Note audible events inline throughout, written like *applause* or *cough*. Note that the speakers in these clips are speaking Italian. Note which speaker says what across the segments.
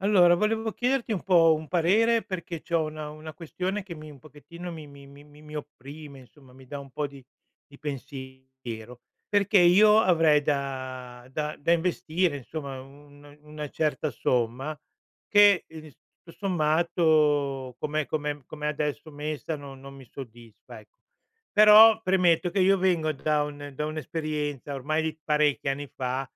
Speaker 1: Allora, volevo chiederti un po' un parere perché c'ho una questione che mi un pochettino mi opprime, insomma, mi dà un po' di pensiero, perché io avrei da investire, insomma, un una certa somma che, tutto sommato come adesso messa non mi soddisfa, ecco. Però premetto che io vengo da un'esperienza ormai di parecchi anni fa,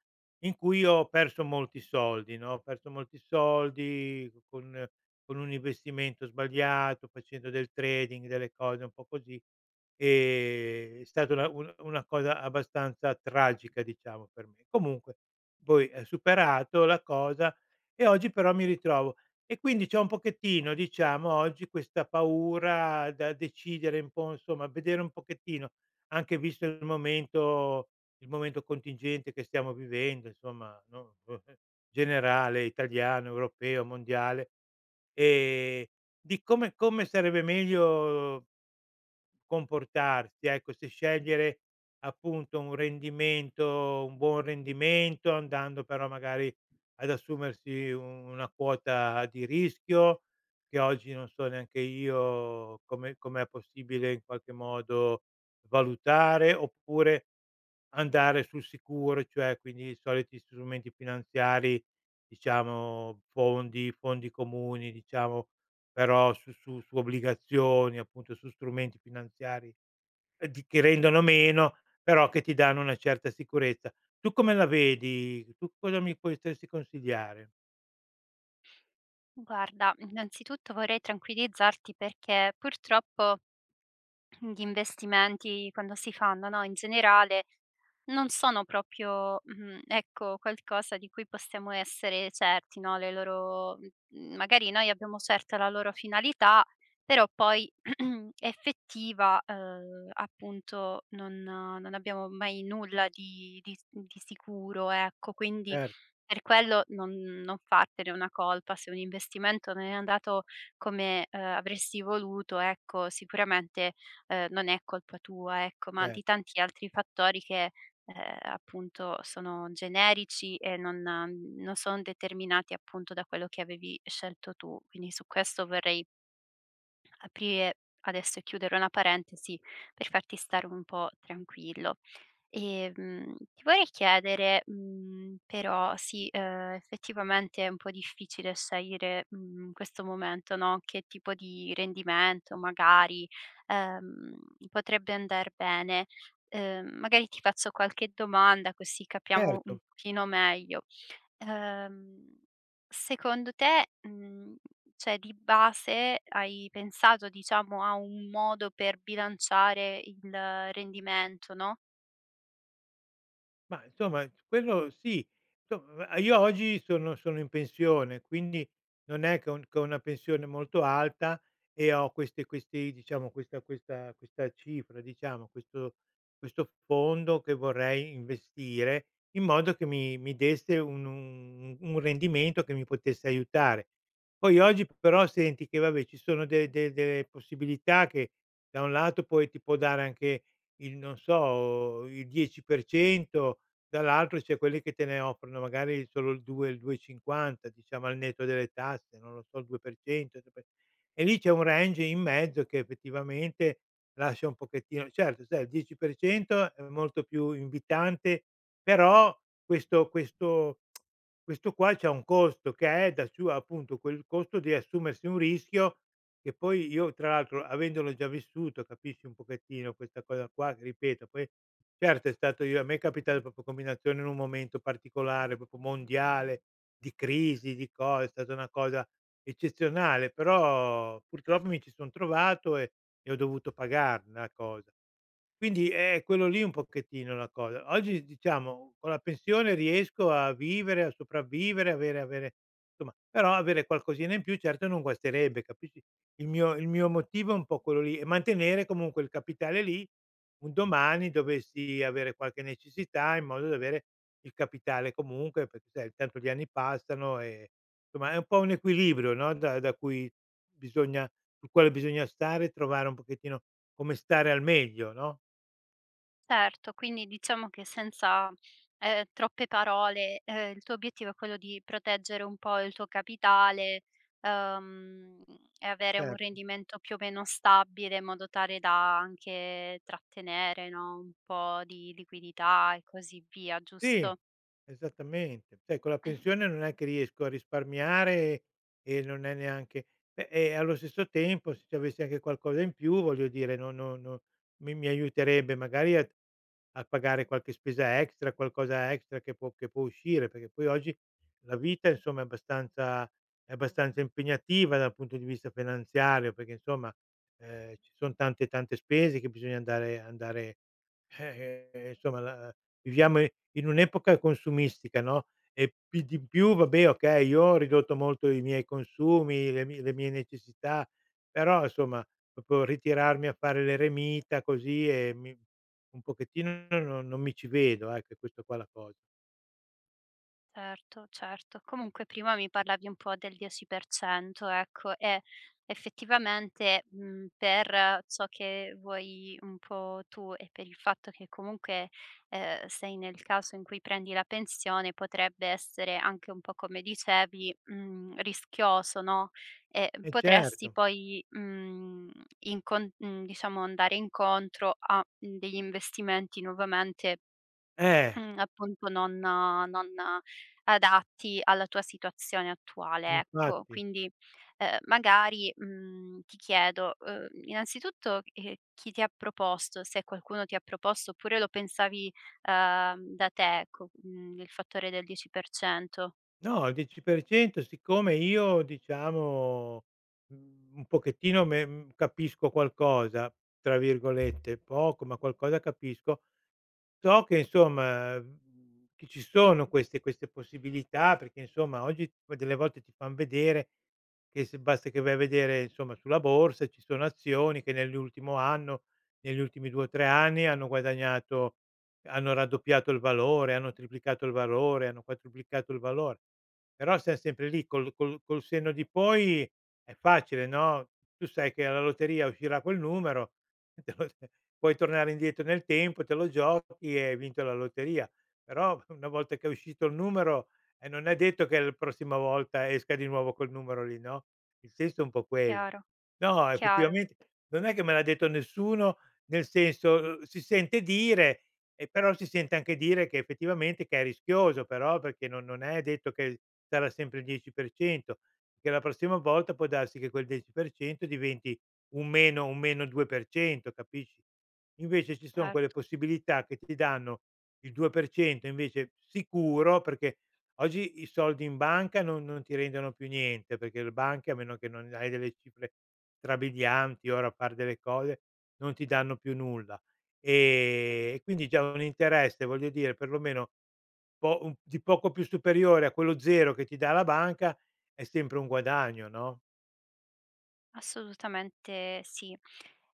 Speaker 1: in cui ho perso molti soldi, no, ho perso molti soldi con un investimento sbagliato, facendo del trading, delle cose un po' così, è stata una cosa abbastanza tragica, diciamo, per me. Comunque poi, superato la cosa e oggi però mi ritrovo. E quindi c'è un pochettino, diciamo, oggi questa paura da decidere un po', insomma, vedere un pochettino, anche visto il momento contingente che stiamo vivendo, insomma, no, *laughs* generale, italiano, europeo, mondiale, ehm, di come sarebbe meglio comportarsi, ecco, se scegliere appunto un buon rendimento, andando però magari ad assumersi una quota di rischio, che oggi non so neanche io come com'è possibile in qualche modo valutare, oppure andare sul sicuro, cioè quindi i soliti strumenti finanziari, diciamo fondi comuni, diciamo, però su obbligazioni, appunto su strumenti finanziari, di che rendono meno, però che ti danno una certa sicurezza. Tu come la vedi? Tu cosa mi potresti consigliare?
Speaker 2: Guarda, innanzitutto vorrei tranquillizzarti perché purtroppo gli investimenti quando si fanno, no, in generale non sono proprio, ecco, qualcosa di cui possiamo essere certi, no, le loro magari noi abbiamo certa la loro finalità, però poi *clears throat* effettiva, appunto non abbiamo mai nulla di sicuro, ecco. Quindi
Speaker 1: Cer
Speaker 2: per quello non fartene una colpa se un investimento non è andato come, avresti voluto, ecco, sicuramente non è colpa tua, ecco, ma
Speaker 1: cer
Speaker 2: di tanti altri fattori che, appunto sono generici e non son determinati appunto da quello che avevi scelto tu. Quindi su questo vorrei aprire adesso e chiudere una parentesi per farti stare un po' tranquillo. Ti vorrei chiedere, però sì, effettivamente è un po' difficile scegliere, in questo momento, no, che tipo di rendimento magari, ehm, potrebbe andar bene. Magari ti faccio qualche domanda così capiamo un
Speaker 1: certo.
Speaker 2: pochino meglio. Ehm, Secondo te, cioè di base hai pensato diciamo a un modo per bilanciare il rendimento, no?
Speaker 1: Ma insomma quello sì, insomma io oggi sono in pensione, quindi non è che ho una pensione molto alta e ho queste questi diciamo questa cifra, diciamo, questo fondo che vorrei investire in modo che mi desse un rendimento che mi potesse aiutare. Poi oggi però senti che vabbè ci sono de de delle possibilità che da un lato poi ti può dare anche il non so, il 10%. Dall'altro c'è quelli che te ne offrono magari solo il 2, il 2,50 diciamo al netto delle tasse, non lo so, il 2%, il 3%. E lì c'è un range in mezzo che effettivamente lascia un pochettino certo sai il 10% è molto più invitante, però questo questo questo qua c'ha un costo che è da su appunto quel costo di assumersi un rischio che poi io tra l'altro avendolo già vissuto capisci un pochettino questa cosa qua che ripeto poi. Certo, è stato io a me è capitata proprio combinazione in un momento particolare, proprio mondiale, di crisi, di co è stata una cosa eccezionale, però purtroppo mi ci son trovato e ho dovuto pagar la cosa. Quindi è quello lì un pochettino la cosa. Oggi diciamo con la pensione riesco a vivere, a sopravvivere, avere insomma però avere qualcosina in più certo non guasterebbe, capisci? Il mio motivo è un po' quello lì e mantenere comunque il capitale lì, un domani dovessi avere qualche necessità in modo da avere il capitale comunque, perché sai tanto gli anni passano e insomma è un po' un equilibrio, no, da cui bisogna sul quale bisogna stare e trovare un pochettino come stare al meglio, no?
Speaker 2: Certo, quindi diciamo che senza, troppe parole, il tuo obiettivo è quello di proteggere un po' il tuo capitale, uhm, e avere un
Speaker 1: Certo.
Speaker 2: rendimento più o meno stabile, in modo tale da anche trattenere, no, un po' di liquidità e così via,
Speaker 1: Sì,
Speaker 2: giusto?
Speaker 1: esattamente. Sai con la pensione non è che riesco a risparmiare e non è neanche beh, e allo stesso tempo se ci avessi anche qualcosa in più, voglio dire, no no no mi aiuterebbe magari a pagare qualche spesa extra, qualcosa extra che può uscire, perché poi oggi la vita insomma è abbastanza impegnativa dal punto di vista finanziario, perché insomma, ci son tante, tante spese che bisogna andare. Insomma la viviamo in un'epoca consumistica, no, e pi di più vabbè, okay, io ho ridotto molto i miei consumi, le mie necessità, però insomma proprio ritirarmi a fare l'eremita così, e mi un pochettino non mi ci vedo, ecco, è questo qua la cosa.
Speaker 2: Certo, certo. Comunque prima mi parlavi un po' del 10%, ecco, e effettivamente, per ciò che vuoi un po' tu e per il fatto che comunque, sei nel caso in cui prendi la pensione, potrebbe essere anche un po' come dicevi, rischioso, no, e
Speaker 1: Eh
Speaker 2: potresti
Speaker 1: certo.
Speaker 2: poi, diciamo andare incontro a, degli investimenti nuovamente.
Speaker 1: Eh,
Speaker 2: Appunto non adatti alla tua situazione attuale, ecco.
Speaker 1: infatti.
Speaker 2: Quindi, ti chiedo, innanzitutto, chi ti ha proposto, se qualcuno ti ha proposto oppure lo pensavi, da te, ecco, il fattore del 10%.
Speaker 1: No, il 10% siccome io diciamo, un pochettino me capisco qualcosa, tra virgolette, poco, ma qualcosa capisco. So che insomma, che ci sono queste possibilità, perché insomma oggi poi delle volte ti fan vedere che se basta che vai a vedere insomma sulla borsa, ci sono azioni che nell'ultimo anno, negli ultimi 2 o 3 anni hanno guadagnato hanno raddoppiato il valore, hanno triplicato il valore, hanno quadruplicato il valore. Però siam sempre lì col senno di poi è facile, no, tu sai che alla lotteria uscirà quel numero. *laughs* Puoi tornare indietro nel tempo, te lo giochi e hai vinto la lotteria. Però *laughs* una volta che è uscito il numero, non è detto che la prossima volta esca di nuovo quel numero lì, no, il senso è un po' quello.
Speaker 2: Chiaro,
Speaker 1: No,
Speaker 2: chiaro,
Speaker 1: effettivamente non è che me l'ha detto nessuno, nel senso, si sente dire, e però si sente anche dire che effettivamente che è rischioso però, perché non è detto che sarà sempre il 10%, che la prossima volta può darsi che quel 10% diventi un meno 2%, capisci, invece ci son quelle
Speaker 2: certo.
Speaker 1: possibilità che ti danno il 2% invece sicuro, perché oggi i soldi in banca non ti rendono più niente, perché le banche a meno che non hai delle cifre strabilianti, ora a far delle cose, non ti danno più nulla. E quindi già un interesse, voglio dire, perlomeno po un di poco più superiore a quello 0 che ti dà la banca, è sempre un guadagno, no?
Speaker 2: Assolutamente sì.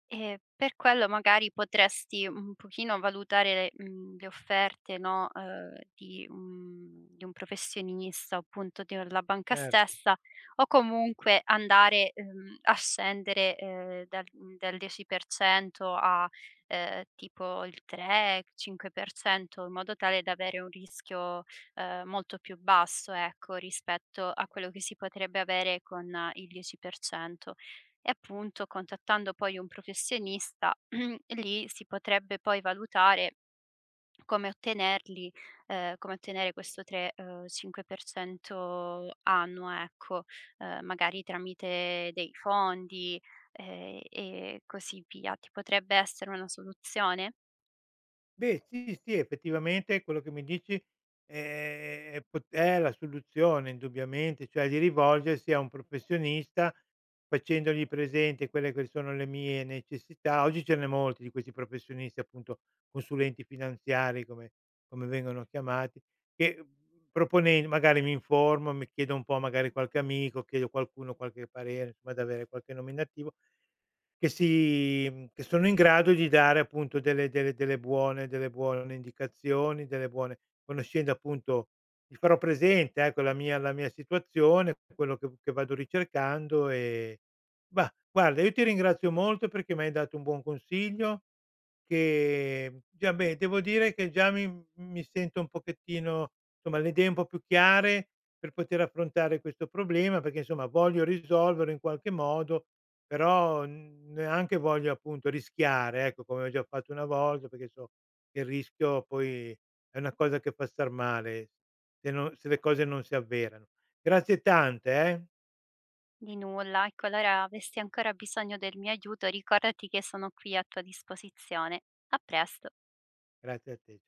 Speaker 2: E per quello magari potresti un pochino valutare le, le offerte, no, di un professionista, appunto della banca
Speaker 1: Certo.
Speaker 2: stessa, o comunque andare, a scendere, dal 10% a, tipo il 3, 5% in modo tale da avere un rischio, molto più basso, ecco, rispetto a quello che si potrebbe avere con il 10%. E appunto contattando poi un professionista *clears throat* lì si potrebbe poi valutare come ottenerli, come ottenere questo tre 5% annuo, ecco, magari tramite dei fondi, e così via. Ti potrebbe essere una soluzione?
Speaker 1: Beh, sì, sì, effettivamente quello che mi dici è la soluzione indubbiamente, cioè di rivolgersi a un professionista facendogli presente quelle che sono le mie necessità. Oggi ce n'è molti di questi professionisti, appunto, consulenti finanziari come vengono chiamati. Che, propone magari mi informo, mi chiedo un po' magari qualche amico, chiedo qualcuno qualche parere, insomma di avere qualche nominativo, che si che sono in grado di dare appunto delle buone indicazioni, delle buone conoscendo appunto gli farò presente ecco la mia situazione, quello che vado ricercando e bah, guarda io ti ringrazio molto perché mi hai dato un buon consiglio che già beh, devo dire che già mi sento un pochettino insomma le idee un po' più chiare per poter affrontare questo problema, perché insomma voglio risolverlo in qualche modo, però neanche voglio appunto rischiare, ecco, come ho già fatto una volta, perché so che il rischio poi è una cosa che fa star male se le cose non si avverano. Grazie tante
Speaker 2: Di nulla. E qualora avessi ancora bisogno del mio aiuto ricordati che sono qui a tua disposizione. A presto.
Speaker 1: grazie a te.